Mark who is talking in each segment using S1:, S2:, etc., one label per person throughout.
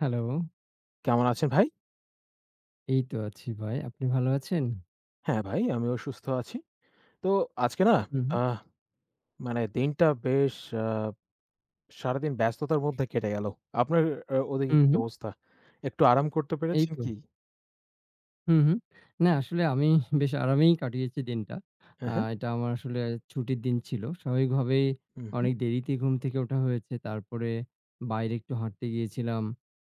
S1: Hello,
S2: কেমন আছেন ভাই?
S1: এই তো আছি ভাই। আপনি ভালো আছেন?
S2: হ্যাঁ, ভাই আমিও সুস্থ আছি। তো আজকে না
S1: হুম, হুম,
S2: আহ মানে দিনটা বেশ আ সারাদিন ব্যস্ততার মধ্যে কেটে গেল। আপনার ওদিকে
S1: হুম,
S2: কি
S1: হুম।
S2: অবস্থা? একটু আরাম করতে
S1: এই
S2: পেরেছেন
S1: তো।
S2: কি?
S1: হুম, হুম। না আসলে আমি বেশ আরামেই কাটিয়েছি দিনটা।
S2: হ্যাঁ, হ্যাঁ।
S1: এটা আমার আসলে ছুটির দিন ছিল। স্বাভাবিকভাবেই
S2: হুম, হুম।
S1: অনেক দেরিতে ঘুম থেকে ওঠা হয়েছে। তারপরে বাইরে একটু হাঁটতে গিয়েছিলাম।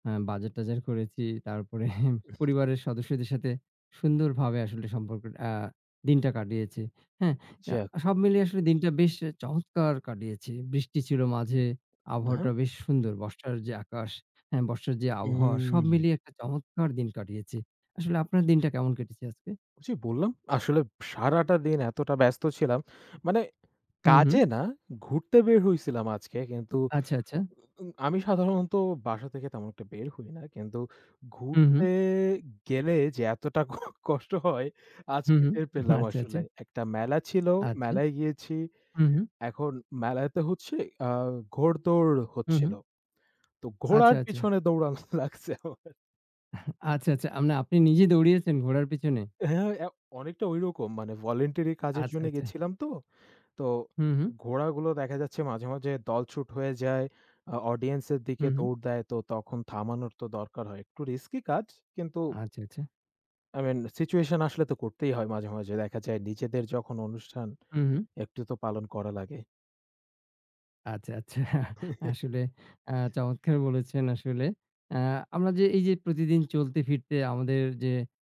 S1: বাজার-টাজার করেছি। তারপরে পরিবারের সদস্যদের সাথে সুন্দরভাবে আসলে সম্পর্ক আ দিনটা কাটিয়েছি। হ্যাঁ? আ
S2: যাক।
S1: সব মিলিয়ে আসলে দিনটা বেশ চমৎকার কাটিয়েছি। বৃষ্টি ছিল মাঝে,
S2: হ্যাঁ, হ্যাঁ।
S1: আবহাওয়াটা বেশ সুন্দর। বর্ষার যে আকাশ, হ্যাঁ, বর্ষার যে আবহাওয়া সব
S2: উম
S1: মিলিয়ে একটা চমৎকার দিন কাটিয়েছি। আসলে আপনার দিনটা কেমন কেটেছে আজকে?
S2: জি বললাম আসলে সারাটা দিন এতটা ব্যস্ত ছিলাম। মানে
S1: হু, হু।
S2: কাজে না ঘুরতে বের হইছিলাম আজকে কিন্তু
S1: আচ্ছা, আচ্ছা।
S2: আমি সাধারণত বাসা থেকে তেমন একটা বের হই না। কিন্তু
S1: হু, হু,
S2: ঘুরতে গেলে যে এতটা কষ্ট হয়
S1: হু,
S2: আজকে
S1: হু।
S2: টের পেলাম
S1: আচ্ছা, আচ্ছা,
S2: আসলে। একটা মেলা ছিল,
S1: আচ্ছা।
S2: মেলায় গিয়েছি।
S1: হু, হু,
S2: এখন মেলাতে হচ্ছে আ ঘোড়দৌড়
S1: হু, হু।
S2: হচ্ছিল। তো
S1: আচ্ছা,
S2: ঘোড়ার
S1: আচ্ছা,
S2: পিছনে দৌড়ানো লাগছে আমার।
S1: আচ্ছা, আচ্ছা। আমনে আপনি নিজে দৌড়িয়েছেন ঘোড়ার পিছনে?
S2: হ্যাঁ, অনেকটা ঐরকম মানে ভলান্টারি কাজের
S1: আচ্ছা,
S2: জন্য
S1: আচ্ছা।
S2: গেছিলাম তো। তো
S1: হু, হু,
S2: ঘোড়াগুলো দেখা যাচ্ছে মাঝে, মাঝে দলছুট হয়ে যায়। অডিয়েন্স এর
S1: হু,
S2: দিকে
S1: হু।
S2: দৌড় দেয়। তো তখন থামানোর তো দরকার হয়। একটু রিস্কি কাজ। কিন্তু
S1: আচ্ছা, আচ্ছা।
S2: আই মিন সিচুয়েশন আসলে তো করতেই হয় মাঝে, মাঝে। দেখা যায় নিজেদের যখন অনুষ্ঠান
S1: হু, হু।
S2: একটু তো পালন করা লাগে।
S1: আচ্ছা, আচ্ছা। আসলে চমৎকার বলেছেন আসলে। আ আমরা যে এই যে প্রতিদিন চলতে ফিরতে আমাদের যে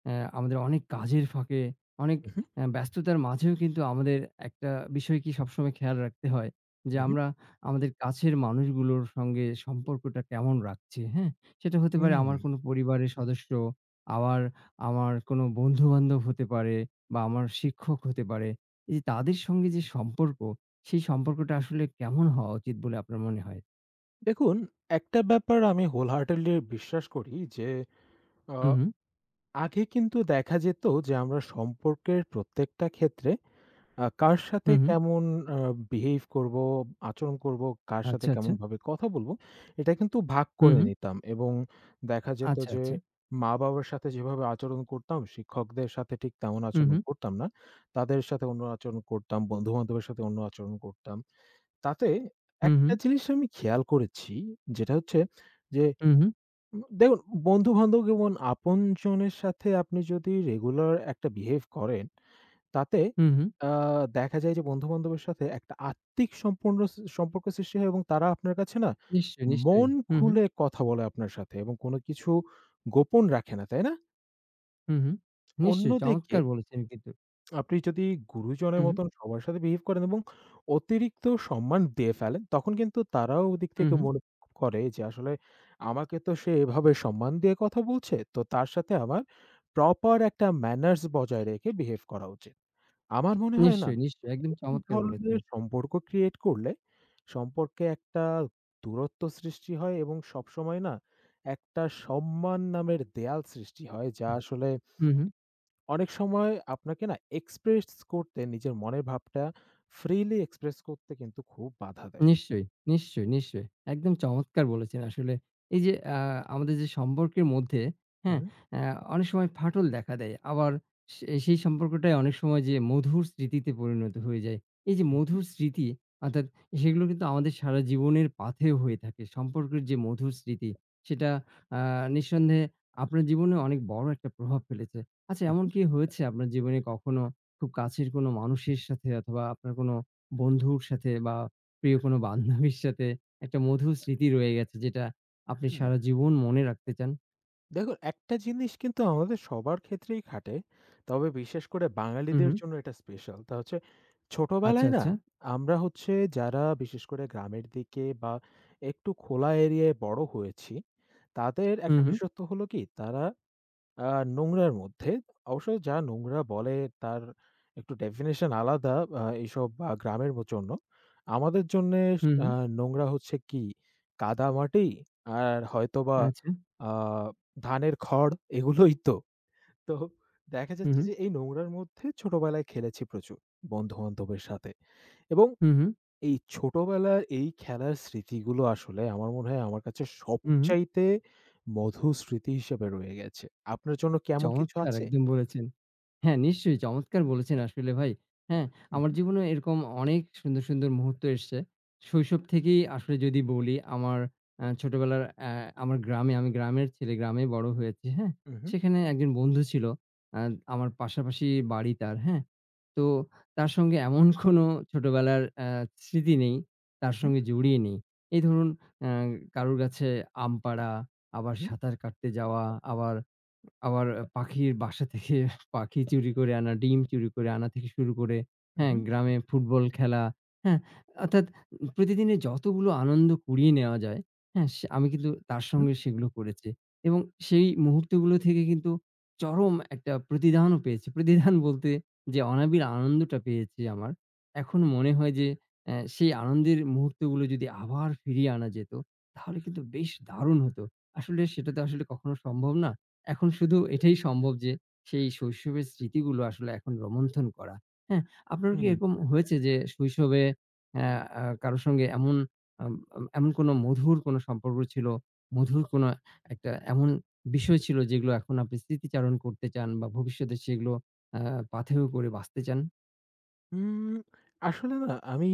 S1: আমাদের অনেক কাজের ফাঁকে অনেক
S2: উহু,
S1: ব্যস্ততার মাঝেও কিন্তু আমাদের একটা বিষয় কি সবসময় খেয়াল রাখতে হয় যে
S2: উহু,
S1: আমরা আমাদের কাছের মানুষগুলোর সঙ্গে সম্পর্কটা কেমন রাখছি, হ্যাঁ? সেটা হতে পারে
S2: হুম।
S1: আমার কোনো পরিবারের সদস্য, আবার আমার কোনো বন্ধু-বান্ধব হতে পারে বা আমার শিক্ষক হতে পারে। এই যে তাদের সঙ্গে যে সম্পর্ক সেই সম্পর্কটা আসলে কেমন হওয়া উচিত বলে আপনার মনে হয়?
S2: দেখুন, একটা ব্যাপার আমি wholeheartedly বিশ্বাস করি যে, আ
S1: হু, হু,
S2: আগে কিন্তু দেখা যেত যে আমরা সম্পর্কের প্রত্যেকটা ক্ষেত্রে কার সাথে
S1: হু, হু।
S2: কেমন আ বিহেভ করব, আচরণ করব, কার সাথে
S1: আচ্ছা, আচ্ছা।
S2: কেমনভাবে কথা বলব, এটা কিন্তু ভাগ
S1: হু,
S2: করে
S1: হু।
S2: নিতাম এবং দেখা যেত
S1: আচ্ছা,
S2: যে
S1: আচ্ছা।
S2: মা-বাবার সাথে যেভাবে আচরণ করতাম, শিক্ষকদের সাথে ঠিক তেমন
S1: হু,
S2: আচরণ
S1: হু,
S2: করতাম না। তাদের সাথে অন্য আচরণ করতাম, বন্ধু-বান্ধবের সাথে অন্য আচরণ করতাম। তাতে
S1: হু, হু,
S2: একটা জিনিস আমি খেয়াল করেছি, যেটা হচ্ছে যে
S1: হু, হু,
S2: দেখুন বন্ধু-বান্ধব এবং আপনজনের সাথে আপনি যদি রেগুলার একটা বিহেভ করেন তাতে
S1: হু, হু।
S2: আ দেখা যায় যে বন্ধু-বান্ধবের সাথে একটা আত্মিক সম্পূর্ণ সম্পর্ক সৃষ্টি হয় এবং তারা আপনার কাছে না
S1: নিশ্চয়ই, নিশ্চয়ই।
S2: মন
S1: হু, হু,
S2: খুলে কথা বলে আপনার সাথে এবং কোনো কিছু গোপন রাখে না, তাই না?
S1: হু, হু। নিশ্চয়ই
S2: অন্যদিকে
S1: চমৎকার বলেছেন কিন্তু।
S2: আপনি যদি
S1: হু,
S2: গুরুজনের
S1: হু,
S2: মতন সবার সাথে বিহেভ করেন এবং অতিরিক্ত সম্মান দিয়ে ফেলেন, তখন কিন্তু তারাও ওদিক
S1: হু,
S2: থেকে
S1: হু।
S2: মনে করে যে আসলে আমাকে তো সে এভাবে সম্মান দিয়ে কথা বলছে, তো তার সাথে আমার প্রপার একটা ম্যানার্স বজায় রেখে বিহেভ করা উচিত। আমার মনে হয় না।
S1: নিশ্চয়ই, নিশ্চয়ই। একদম
S2: এই
S1: চমৎকার বলেছেন।
S2: ধরনের সম্পর্ক ক্রিয়েট করলে সম্পর্কে একটা দূরত্ব সৃষ্টি হয় এবং সবসময় না একটা সম্মান নামের দেয়াল সৃষ্টি হয় যা আসলে
S1: হু, হু।
S2: অনেক সময় আপনাকে না এক্সপ্রেস করতে নিজের মনের ভাবটা ফ্রিলি এক্সপ্রেস করতে কিন্তু খুব বাধা দেয়।
S1: নিশ্চয়ই, নিশ্চয়ই, নিশ্চয়ই। একদম চমৎকার বলেছেন। আসলে এই যে আমাদের যে সম্পর্কের মধ্যে,
S2: হু,
S1: হ্যাঁ?
S2: হু,
S1: আ অনেক সময় ফাটল দেখা দেয়। আবার সেই সম্পর্কটাই অনেক সময় যে মধুর স্মৃতিতে পরিণত হয়ে যায়। এই যে
S2: হু,
S1: মধুর স্মৃতি অর্থাৎ সেগুলো কিন্তু আমাদের সারা জীবনের পাথেয় হয়ে থাকে। সম্পর্কের যে মধুর স্মৃতি সেটা আ নিঃসন্দেহে আপনার জীবনে অনেক বড় একটা প্রভাব ফেলেছে। আচ্ছা
S2: হু,
S1: এমন
S2: হু,
S1: কি হয়েছে আপনার জীবনে কখনো খুব কাছের কোনো মানুষের সাথে অথবা আপনার কোনো বন্ধুর সাথে বা প্রিয় কোনো বান্ধবীর সাথে একটা মধুর স্মৃতি রয়ে গেছে যেটা আপনি
S2: হু।
S1: সারা জীবন মনে রাখতে চান।
S2: দেখুন, একটা জিনিস কিন্তু আমাদের সবার ক্ষেত্রেই খাটে। তবে বিশেষ করে
S1: হু,
S2: বাঙালিদের
S1: হু।
S2: জন্য এটা স্পেশাল। তা হচ্ছে
S1: আচ্ছা,
S2: ছোটবেলায় না
S1: আচ্ছা।
S2: আমরা হচ্ছে যারা বিশেষ করে গ্রামের দিকে বা একটু খোলা এরিয়ায় বড় হয়েছি, তাদের
S1: হু,
S2: একটা
S1: হু।
S2: বিশেষত্ব হলো কি তারা আ নোংরার মধ্যে। অবশ্য যা নোংরা বলে তার একটু ডেফিনিশন আলাদা এইসব গ্রামের জন্য। আমাদের জন্যে
S1: হু,
S2: আ
S1: হু।
S2: নোংরা হচ্ছে কি? কাদামাটি আর হয়তোবা
S1: আচ্ছা।
S2: আ ধানের খড় এগুলোই তো। তো দেখা
S1: হু,
S2: যাচ্ছে
S1: হু।
S2: যে এই নোংরার মধ্যে ছোটবেলায় খেলেছি প্রচুর বন্ধু-বান্ধবের সাথে এবং
S1: হু, হু।
S2: এই ছোটবেলার এই খেলার স্মৃতিগুলো আসলে আমার মনে হয় আমার কাছে
S1: হু, হু।
S2: সবচাইতে মধুর স্মৃতি হিসেবে রয়ে গেছে। আপনার জন্য কি এমন কিছু
S1: চমৎকার
S2: আছে?
S1: একদম বলেছেন। হ্যাঁ, নিশ্চয়ই চমৎকার বলেছেন আসলে ভাই। হ্যাঁ, আমার
S2: উহু,
S1: জীবনেও এরকম অনেক সুন্দর, সুন্দর মুহূর্ত এসছে। শৈশব থেকেই আসলে যদি বলি আমার আ ছোটবেলার অ্যা আমার গ্রামে আমি গ্রামের ছেলে, গ্রামে বড় হয়েছি। হ্যাঁ?
S2: উহু,
S1: সেখানে একজন বন্ধু ছিল। আ আমার পাশাপাশি বাড়ি তার। হ্যাঁ? তো তার সঙ্গে এমন কোনো ছোটবেলার অ্যা স্মৃতি নেই, তার
S2: উহু,
S1: সঙ্গে জড়িয়ে নেই। এই ধরুন অ্যা কারোর কাছে আম পাড়া, আবার
S2: উহু,
S1: সাঁতার কাটতে যাওয়া, আবার আবার পাখির বাসা থেকে পাখি চুরি করে আনা, ডিম চুরি করে আনা থেকে শুরু করে, হ্যাঁ?
S2: উহু,
S1: গ্রামে ফুটবল খেলা, হ্যাঁ? অর্থাৎ প্রতিদিনের যতগুলো আনন্দ কুড়িয়ে নেওয়া যায়, হ্যাঁ? সে আমি কিন্তু তার
S2: উহু,
S1: সঙ্গে সেগুলো করেছি এবং সেই মুহূর্তগুলো থেকে কিন্তু চরম একটা প্রতিদানও পেয়েছি। প্রতিদান বলতে যে অনাবিল আনন্দটা পেয়েছি আমার, এখন মনে হয় যে সেই আনন্দের মুহূর্তগুলো যদি আবার ফিরিয়ে আনা যেত, তাহলে কিন্তু বেশ দারুণ হতো। আসলে সেটা তো আসলে কখনো সম্ভব না। এখন শুধু এটাই সম্ভব যে, সেই শৈশবের স্মৃতিগুলো আসলে এখন রোমন্থন করা। হ্যাঁ? আপনার কি
S2: হুম।
S1: এরকম হয়েছে যে শৈশবে অ্যা আ কারো সঙ্গে এমন আম আম এমন কোনো মধুর কোনো সম্পর্ক ছিল, মধুর কোনো একটা এমন বিষয় ছিল যেগুলো এখন আপনি স্মৃতিচারণ করতে চান বা ভবিষ্যতে সেগুলো আ পাথেয় করে বাঁচতে চান?
S2: উম আসলে না আমি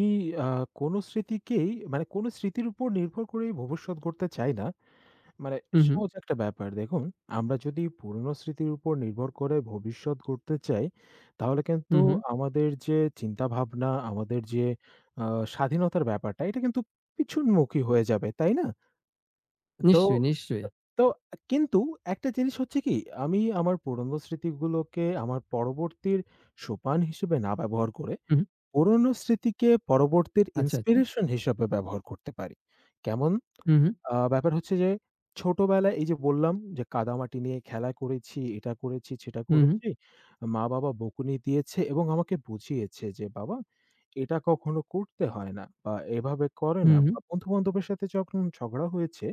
S2: আ কোনো স্মৃতিকেই মানে কোনো স্মৃতির উপর নির্ভর করেই ভবিষ্যৎ গড়তে চাই না। মানে
S1: হু, হু,
S2: সহজ একটা ব্যাপার। দেখুন, আমরা যদি পুরনো স্মৃতির উপর নির্ভর করে ভবিষ্যৎ গড়তে চাই, তাহলে কিন্তু
S1: হু, হু।
S2: আমাদের যে চিন্তাভাবনা, আমাদের যে আ স্বাধীনতার ব্যাপারটা, এটা কিন্তু পিছনমুখী হয়ে যাবে, তাই না? তো
S1: নিশ্চয়ই, নিশ্চয়ই।
S2: তো কিন্তু একটা জিনিস হচ্ছে কি, আমি আমার পুরনো স্মৃতিগুলোকে আমার পরবর্তীর সোপান হিসেবে না ব্যবহার করে,
S1: হু, হু।
S2: পুরনো স্মৃতিকে পরবর্তীর
S1: আচ্ছা, আচ্ছা।
S2: ইন্সপিরেশন হিসেবে ব্যবহার করতে পারি। কেমন?
S1: হু, হু,
S2: ব্যাপার হচ্ছে যে, ছোটবেলায় এই যে বললাম যে, কাদামাটি নিয়ে খেলা করেছি, এটা করেছি, সেটা
S1: হু, হু,
S2: করেছি। মা-বাবা বকুনি দিয়েছে এবং আমাকে বুঝিয়েছে যে, "বাবা, এটা কখনো করতে হয় না বা এভাবে করে
S1: হু,
S2: না।"
S1: হু,
S2: বা বন্ধু-বান্ধবের সাথে যখন ঝগড়া হয়েছে,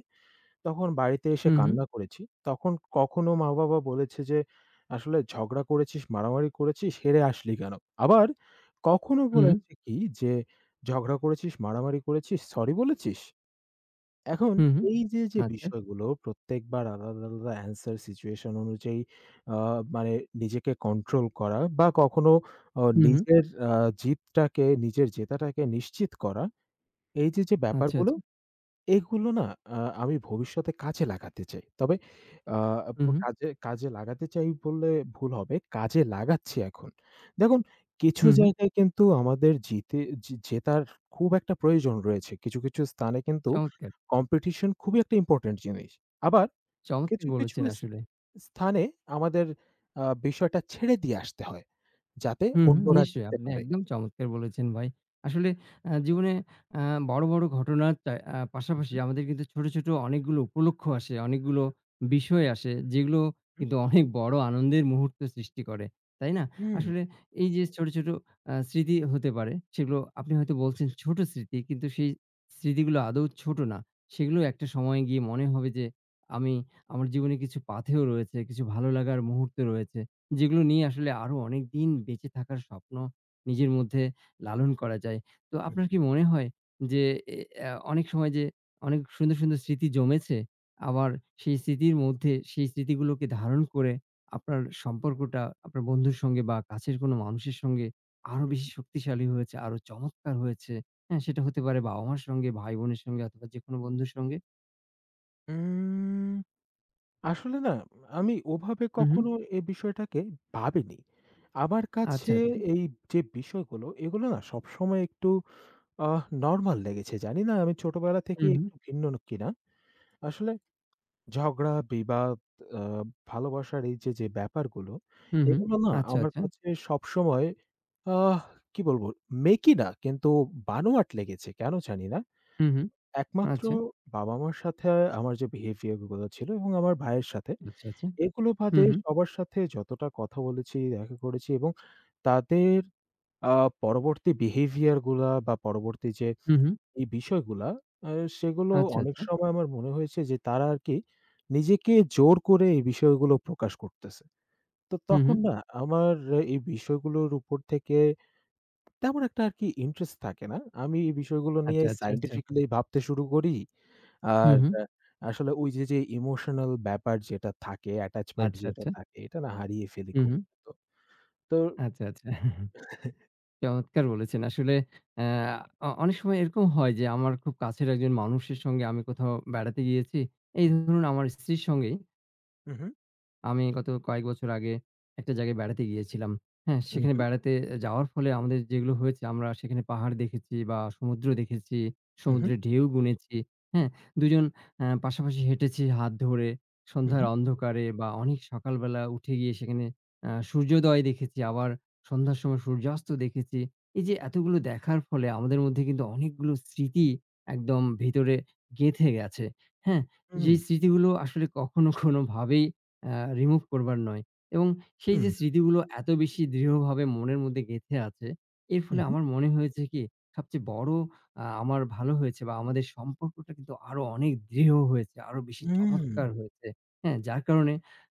S2: তখন বাড়িতে এসে
S1: হু,
S2: কান্না করেছি। তখন কখনো মা-বাবা বলেছে যে, "আসলে ঝগড়া করেছিস, মারামারি করেছিস, হেরে আসলি কেন?" আবার কখনো
S1: হু,
S2: বলেছে কি যে, "ঝগড়া করেছিস, মারামারি করেছিস, সরি বলেছিস?" এখন
S1: হু, হু, হু।
S2: এই যে, যে
S1: আচ্ছা।
S2: বিষয়গুলো প্রত্যেকবার আলাদা, আলাদা অ্যান্সার সিচুয়েশন অনুযায়ী আ মানে নিজেকে কন্ট্রোল করা বা কখনো
S1: হু, হু।
S2: নিজের জিতটাকে, নিজের জেতাটাকে নিশ্চিত করা। এই যে, যে
S1: আচ্ছা,
S2: ব্যাপারগুলো
S1: আচ্ছা।
S2: এগুলো না আ আমি ভবিষ্যতে কাজে লাগাতে চাই। তবে আ
S1: হু, হু,
S2: কাজে লাগাতে চাই বললে ভুল হবে। কাজে লাগাচ্ছি এখন। দেখুন, কিছু
S1: হু, হু।
S2: জায়গায় কিন্তু আমাদের জিতে জে জেতার খুব একটা প্রয়োজন রয়েছে। কিছু, কিছু স্থানে কিন্তু
S1: চমৎকার,
S2: কম্পিটিশন খুবই একটা ইম্পোর্টেন্ট জিনিস। আবার
S1: চমৎকার
S2: কিছু, কিছু
S1: বলেছেন আসলে।
S2: স্থানে আমাদের বিষয়টা ছেড়ে দিয়ে আসতে হয় যাতে
S1: হুম, হুম,
S2: অন্যরা
S1: নিশ্চয়ই
S2: জিততে
S1: আপনি
S2: পারে।
S1: একদম চমৎকার বলেছেন ভাই। আসলে জীবনে আ বড়, বড় ঘটনার চা আ
S2: হু,
S1: পাশাপাশি
S2: হু,
S1: আমাদের কিন্তু ছোট, ছোট অনেকগুলো উপলক্ষ্য আসে, অনেকগুলো বিষয় আসে যেগুলো
S2: হু,
S1: কিন্তু অনেক বড় আনন্দের মুহূর্ত সৃষ্টি করে। তাই না?
S2: হুম।
S1: আসলে এই যে ছোট, ছোট স্মৃতি হতে পারে সেগুলো আপনি হয়তো বলছেন ছোট স্মৃতি কিন্তু সেই স্মৃতিগুলো আদৌ ছোট না। সেগুলো একটা সময়ে গিয়ে মনে হবে যে আমি আমার জীবনে কিছু পাথেয় রয়েছে, কিছু ভালো লাগার মুহূর্ত রয়েছে। যেগুলো নিয়ে আসলে আরো অনেকদিন বেঁচে থাকার স্বপ্ন নিজের মধ্যে লালন করা যায়। তো আপনার কি মনে হয় যে এ অ্যা অনেক সময় যে অনেক সুন্দর, সুন্দর স্মৃতি জমেছে, আবার সেই স্মৃতির মধ্যে সেই স্মৃতিগুলোকে ধারণ করে আপনার সম্পর্কটা আপনার বন্ধুর সঙ্গে বা কাছের কোনো মানুষের সঙ্গে আরো বেশি শক্তিশালী হয়েছে, আরো চমৎকার হয়েছে, হ্যাঁ? সেটা হতে পারে বাবা-মার সঙ্গে, ভাই-বোনের সঙ্গে অথবা যেকোনো বন্ধুর সঙ্গে।
S2: উম আসলে না আমি ওভাবে
S1: হু, হু।
S2: কখনো এই বিষয়টাকে ভাবিনি। আমার কাছে
S1: আচ্ছা, আচ্ছা।
S2: এই যে বিষয়গুলো এগুলো না সবসময় একটু নরমাল লেগেছে। জানি না আমি ছোটবেলা
S1: হু,
S2: থেকেই
S1: হু।
S2: একটু ভিন্ন কিনা। আসলে ঝগড়া, বিবাদ, আ ভালোবাসার এই যে, যে ব্যাপারগুলো
S1: হু, হু।
S2: এগুলো না
S1: আচ্ছা,
S2: আমার
S1: আচ্ছা।
S2: কাছে সবসময় আহ কি বলবো মেকি না কিন্তু বানোয়াট লেগেছে। কেন জানি না।
S1: হু, হু।
S2: একমাত্র
S1: আচ্ছা,
S2: বাবা-মার সাথে আমার যে বিহেভিয়ার গুলো ছিল এবং আমার ভাইয়ের সাথে
S1: আচ্ছা, আচ্ছা।
S2: এগুলো
S1: হু,
S2: বাদে
S1: হু,
S2: সবার সাথে যতটা কথা বলেছি, দেখা করেছি এবং তাদের আ পরবর্তী বিহেভিয়ার গুলা বা পরবর্তী যে
S1: হু, হু।
S2: এই বিষয়গুলা আ সেগুলো
S1: আচ্ছা,
S2: অনেক
S1: আচ্ছা।
S2: সময় আমার মনে হয়েছে যে তারা আরকি নিজেকে জোর করে এই বিষয়গুলো প্রকাশ করতেছে। তো
S1: হু, হু।
S2: তখন না আমার এই বিষয়গুলোর উপর থেকে তেমন একটা আরকি ইন্টারেস্ট থাকে না। আমি এই বিষয়গুলো নিয়ে
S1: আচ্ছা, আচ্ছা, আচ্ছা।
S2: সায়েন্টিফিক্যালি ভাবতে শুরু করি।
S1: হু,
S2: আর
S1: হু।
S2: আসলে ওই যে, যে ইমোশনাল ব্যাপার যেটা থাকে, অ্যাটাচমেন্ট
S1: আচ্ছা,
S2: যেটা
S1: আচ্ছা।
S2: থাকে, এটা না হারিয়ে ফেলি
S1: হু,
S2: খুব
S1: হু।
S2: দ্রুত। তো
S1: আচ্ছা, আচ্ছা। চমৎকার বলেছেন। আসলে অ্যা অ অনেক সময় এরকম হয় যে আমার খুব কাছের একজন মানুষের সঙ্গে আমি কোথাও বেড়াতে গিয়েছি। এই ধরুন আমার স্ত্রীর সঙ্গেই
S2: হু, হু,
S1: আমি গত কয়েক বছর আগে একটা জায়গায় বেড়াতে গিয়েছিলাম। হ্যাঁ?
S2: হু,
S1: সেখানে
S2: হু,
S1: বেড়াতে যাওয়ার ফলে আমাদের যেগুলো হয়েছে আমরা সেখানে পাহাড় দেখেছি বা সমুদ্র দেখেছি,
S2: হু, হু,
S1: সমুদ্রের ঢেউ গুনেছি। হ্যাঁ? দুজন পাশাপাশি হেঁটেছি হাত ধরে।
S2: হু, হু,
S1: সন্ধ্যার অন্ধকারে বা অনেক সকালবেলা উঠে গিয়ে সেখানে সূর্যোদয় দেখেছি। আবার সন্ধ্যার সময় সূর্যাস্ত দেখেছি। এই যে এতগুলো দেখার ফলে আমাদের মধ্যে কিন্তু অনেকগুলো স্মৃতি একদম ভিতরে গেঁথে গেছে। হ্যাঁ? যেই স্মৃতিগুলো আসলে কখনো কোনোভাবেই আ রিমুভ করবার নয়। এবং
S2: হু,
S1: সেই যে
S2: হু,
S1: স্মৃতিগুলো এত বেশি দৃঢ়ভাবে মনের মধ্যে গেঁথে আছে, এর ফলে
S2: হু,
S1: আমার মনে হয়েছে কি সবচেয়ে বড় আমার ভালো হয়েছে বা আমাদের সম্পর্কটা কিন্তু আরো অনেক দৃঢ় হয়েছে, আরো বেশি চমৎকার হয়েছে। হ্যাঁ? যার কারণে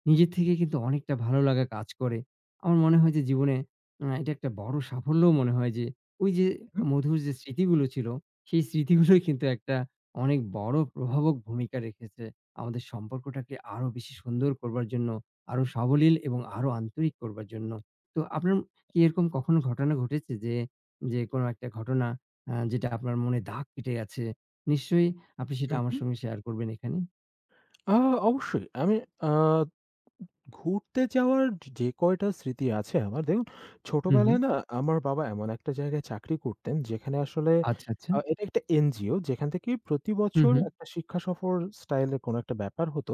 S1: নিজের থেকে কিন্তু অনেকটা ভালো লাগা কাজ করে। আমার মনে হয় যে জীবনে এটা একটা বড় সাফল্যও মনে হয় যে ওই যে
S2: হু,
S1: মধুর যে স্মৃতিগুলো ছিল, সেই স্মৃতিগুলোই কিন্তু একটা অনেক বড় প্রভাবক ভূমিকা রেখেছে। আমাদের সম্পর্কটাকে আরো বেশি সুন্দর করবার জন্য, আরো সাবলীল এবং আরো আন্তরিক করবার জন্য। তো আপনার কি এরকম কখনো ঘটনা ঘটেছে যে, যে কোনো একটা ঘটনা যেটা আপনার মনে দাগ কেটে গেছে? নিশ্চয়ই আপনি
S2: হু,
S1: সেটা
S2: হু।
S1: আমার সঙ্গে শেয়ার করবেন এখানে।
S2: আ অবশ্যই। আমি আ ঘুরতে যাওয়ার যে কয়টা স্মৃতি আছে আমার, দেখুন
S1: হুম, হুম।
S2: ছোটবেলায় না আমার বাবা এমন একটা জায়গায় চাকরি করতেন যেখানে আসলে
S1: আচ্ছা, আচ্ছা।
S2: এটা একটা এনজিও যেখান থেকে প্রতি
S1: হুম,
S2: বছর
S1: হুম।
S2: একটা শিক্ষা সফর স্টাইল এর কোনো একটা ব্যাপার হতো।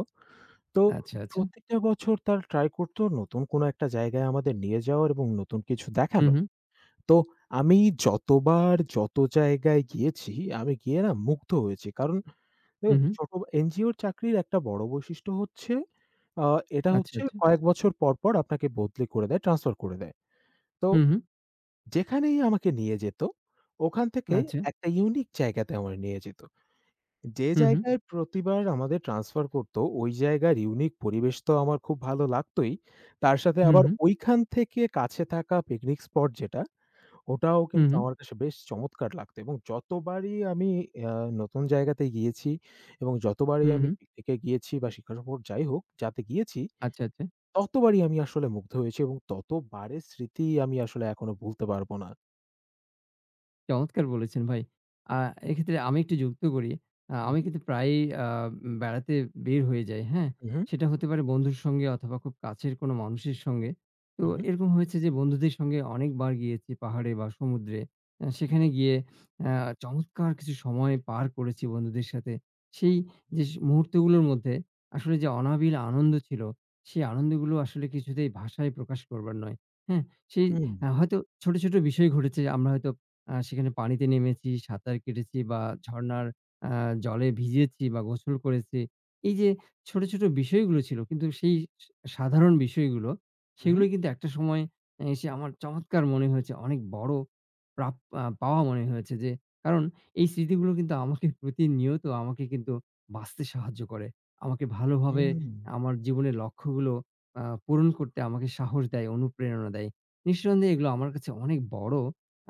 S2: তো
S1: আচ্ছা, আচ্ছা।
S2: প্রত্যেকটা বছর তারা ট্রাই করতো নতুন কোনো একটা জায়গায় আমাদের নিয়ে যাওয়ার এবং নতুন কিছু
S1: হুম,
S2: দেখানোর।
S1: হুম।
S2: তো আমি যতবার যত জায়গায় গিয়েছি, আমি গিয়ে না মুগ্ধ হয়েছি। কারণ
S1: হুম,
S2: দেখুন
S1: হুম।
S2: ছোট এনজিওর চাকরির একটা বড় বৈশিষ্ট্য হচ্ছে আ এটা
S1: আচ্ছা,
S2: হচ্ছে
S1: আচ্ছা।
S2: কয়েক বছর পর, পর আপনাকে বদলি করে দেয়, ট্রান্সফার করে দেয়। তো
S1: হুম, হুম।
S2: যেখানেই আমাকে নিয়ে যেত, ওখান থেকে
S1: আচ্ছা।
S2: একটা ইউনিক জায়গাতে আমায় নিয়ে যেত। যে
S1: হুম, হুম।
S2: জায়গায় প্রতিবার আমাদের ট্রান্সফার করতো, ওই জায়গার ইউনিক পরিবেশ তো আমার খুব ভালো লাগতোই। তার সাথে
S1: হুম,
S2: আবার
S1: হুম।
S2: ঐখান থেকে কাছে থাকা পিকনিক স্পট যেটা, ওটাও
S1: হুম,
S2: কিন্তু
S1: হুম।
S2: আমার কাছে বেশ চমৎকার লাগতো এবং যতবারই আমি আ নতুন জায়গাতে গিয়েছি এবং
S1: হুম, হুম।
S2: যতবারই
S1: হুম,
S2: আমি
S1: হুম।
S2: পিকনিকে গিয়েছি বা শিকার স্পট যাই হোক, যাতে গিয়েছি,
S1: আচ্ছা, আচ্ছা।
S2: ততবারই আমি আসলে মুগ্ধ হয়েছি এবং ততবারের স্মৃতি আমি আসলে এখনো ভুলতে পারব না।
S1: চমৎকার বলেছেন ভাই। আ এক্ষেত্রে আমি একটু যুক্ত করি। আমি
S2: উহু,
S1: কিন্তু প্রায়ই আ বেড়াতে বের হয়ে যাই, হ্যাঁ?
S2: উহু,
S1: সেটা হতে পারে বন্ধুর সঙ্গে অথবা খুব কাছের কোনো মানুষের সঙ্গে। তো
S2: উহু,
S1: এরকম হয়েছে যে বন্ধুদের সঙ্গে অনেকবার গিয়েছি পাহাড়ে বা সমুদ্রে।
S2: উহু,
S1: সেখানে গিয়ে আ চমৎকার কিছু সময় পার করেছি বন্ধুদের সাথে। সেই যে মুহূর্তগুলোর মধ্যে আসলে যে অনাবিল আনন্দ ছিল, সেই আনন্দগুলো আসলে কিছুতেই ভাষায় প্রকাশ করবার নয়, হ্যাঁ? সেই
S2: উম,
S1: হয়তো ছোট, ছোট বিষয় ঘটেছে আমরা হয়তো সেখানে পানিতে নেমেছি, সাঁতার কেটেছি বা ঝরনার আ জলে ভিজেছি বা গোসল করেছি। এই যে ছোট, ছোট বিষয়গুলো ছিল কিন্তু সেই সা সাধারণ বিষয়গুলো,
S2: উহু,
S1: সেগুলো কিন্তু একটা সময় এসে আমার চমৎকার মনে হয়েছে। অনেক বড় প্রাপ আ পাওয়া মনে হয়েছে যে কারণ এই স্মৃতিগুলো কিন্তু আমাকে প্রতিনিয়ত আমাকে কিন্তু বাঁচতে সাহায্য করে। আমাকে ভালোভাবে
S2: উম,
S1: আমার জীবনের লক্ষ্যগুলো পূরণ করতে আমাকে সাহস দেয়, অনুপ্রেরণা দেয়। নিঃসন্দেহে এগুলো আমার কাছে অনেক বড়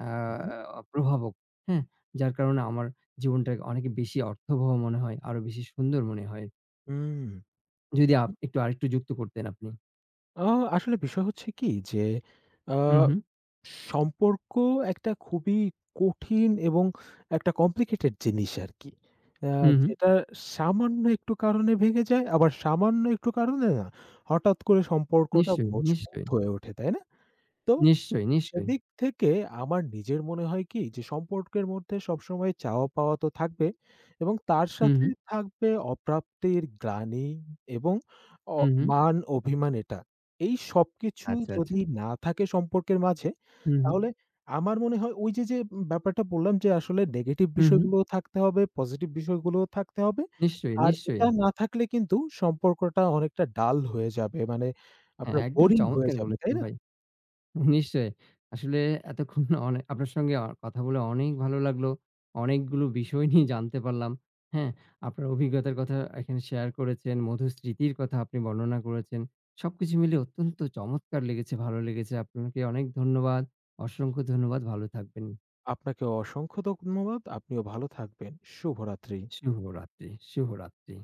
S1: আ
S2: উহু,
S1: প্রভাবক, হ্যাঁ? যার কারণে আমার জীবনটাকে অনেক বেশি অর্থবহ মনে হয়, আরো বেশি সুন্দর মনে হয়।
S2: উম।
S1: যদি একটু আরেকটু যুক্ত করতেন আপনি।
S2: আ আসলে বিষয় হচ্ছে কি যে, আ
S1: হুম, হুম,
S2: সম্পর্ক একটা খুবই কঠিন এবং একটা কমপ্লিকেটেড জিনিস আরকি। আ
S1: হুম, হুম।
S2: যেটা সামান্য একটু কারণে ভেঙে যায়, আবার সামান্য একটু কারণে না, হঠাৎ করে সম্পর্কটা
S1: নিশ্চয়ই,
S2: মজবুত
S1: নিশ্চয়ই,
S2: হয়ে ওঠে, তাই না? তো
S1: নিশ্চয়ই, নিশ্চয়ই।
S2: সেদিক থেকে আমার নিজের মনে হয় কি যে সম্পর্কের মধ্যে সবসময় চাওয়া পাওয়া তো থাকবে এবং তার
S1: হুম,
S2: সাথে
S1: হুম,
S2: থাকবে অপ্রাপ্তির গ্লানি এবং অ
S1: হুম, হুম।
S2: মান অভিমান এটা। এই সবকিছু
S1: আচ্ছা, আচ্ছা।
S2: যদি না থাকে সম্পর্কের মাঝে
S1: হুম, হুম,
S2: তাহলে আমার মনে হয় ওই যে, যে ব্যাপারটা বললাম যে আসলে নেগেটিভ
S1: হুম, হুম।
S2: বিষয়গুলোও থাকতে হবে, পজিটিভ বিষয়গুলোও থাকতে হবে।
S1: নিশ্চয়ই,
S2: আর
S1: নিশ্চয়ই।
S2: এটা না থাকলে কিন্তু সম্পর্কটা অনেকটা ডাল হয়ে যাবে। মানে
S1: হ্যাঁ,
S2: আপনার
S1: একদম
S2: বোরিং হয়ে
S1: চমৎকার
S2: যাবে, তাই
S1: বলেছেন
S2: না?
S1: ভাই। নিশ্চয়ই। আসলে এতক্ষণ আপনার সঙ্গে কথা বলে অনেক ভালো লাগলো। অনেকগুলো বিষয় নিয়ে জানতে পারলাম। হ্যাঁ? আপনার অভিজ্ঞতার কথা এখানে শেয়ার করেছেন, মধুর স্মৃতির কথা আপনি বর্ণনা করেছেন। সবকিছু মিলে অত্যন্ত চমৎকার লেগেছে, ভালো লেগেছে। আপনাকে অনেক ধন্যবাদ। অসংখ্য ধন্যবাদ। ভালো থাকবেন।
S2: আপনাকে অসংখ্য ধন্যবাদ। আপনিও ভালো থাকবেন। শুভরাত্রি।
S1: শুভরাত্রি, শুভরাত্রি।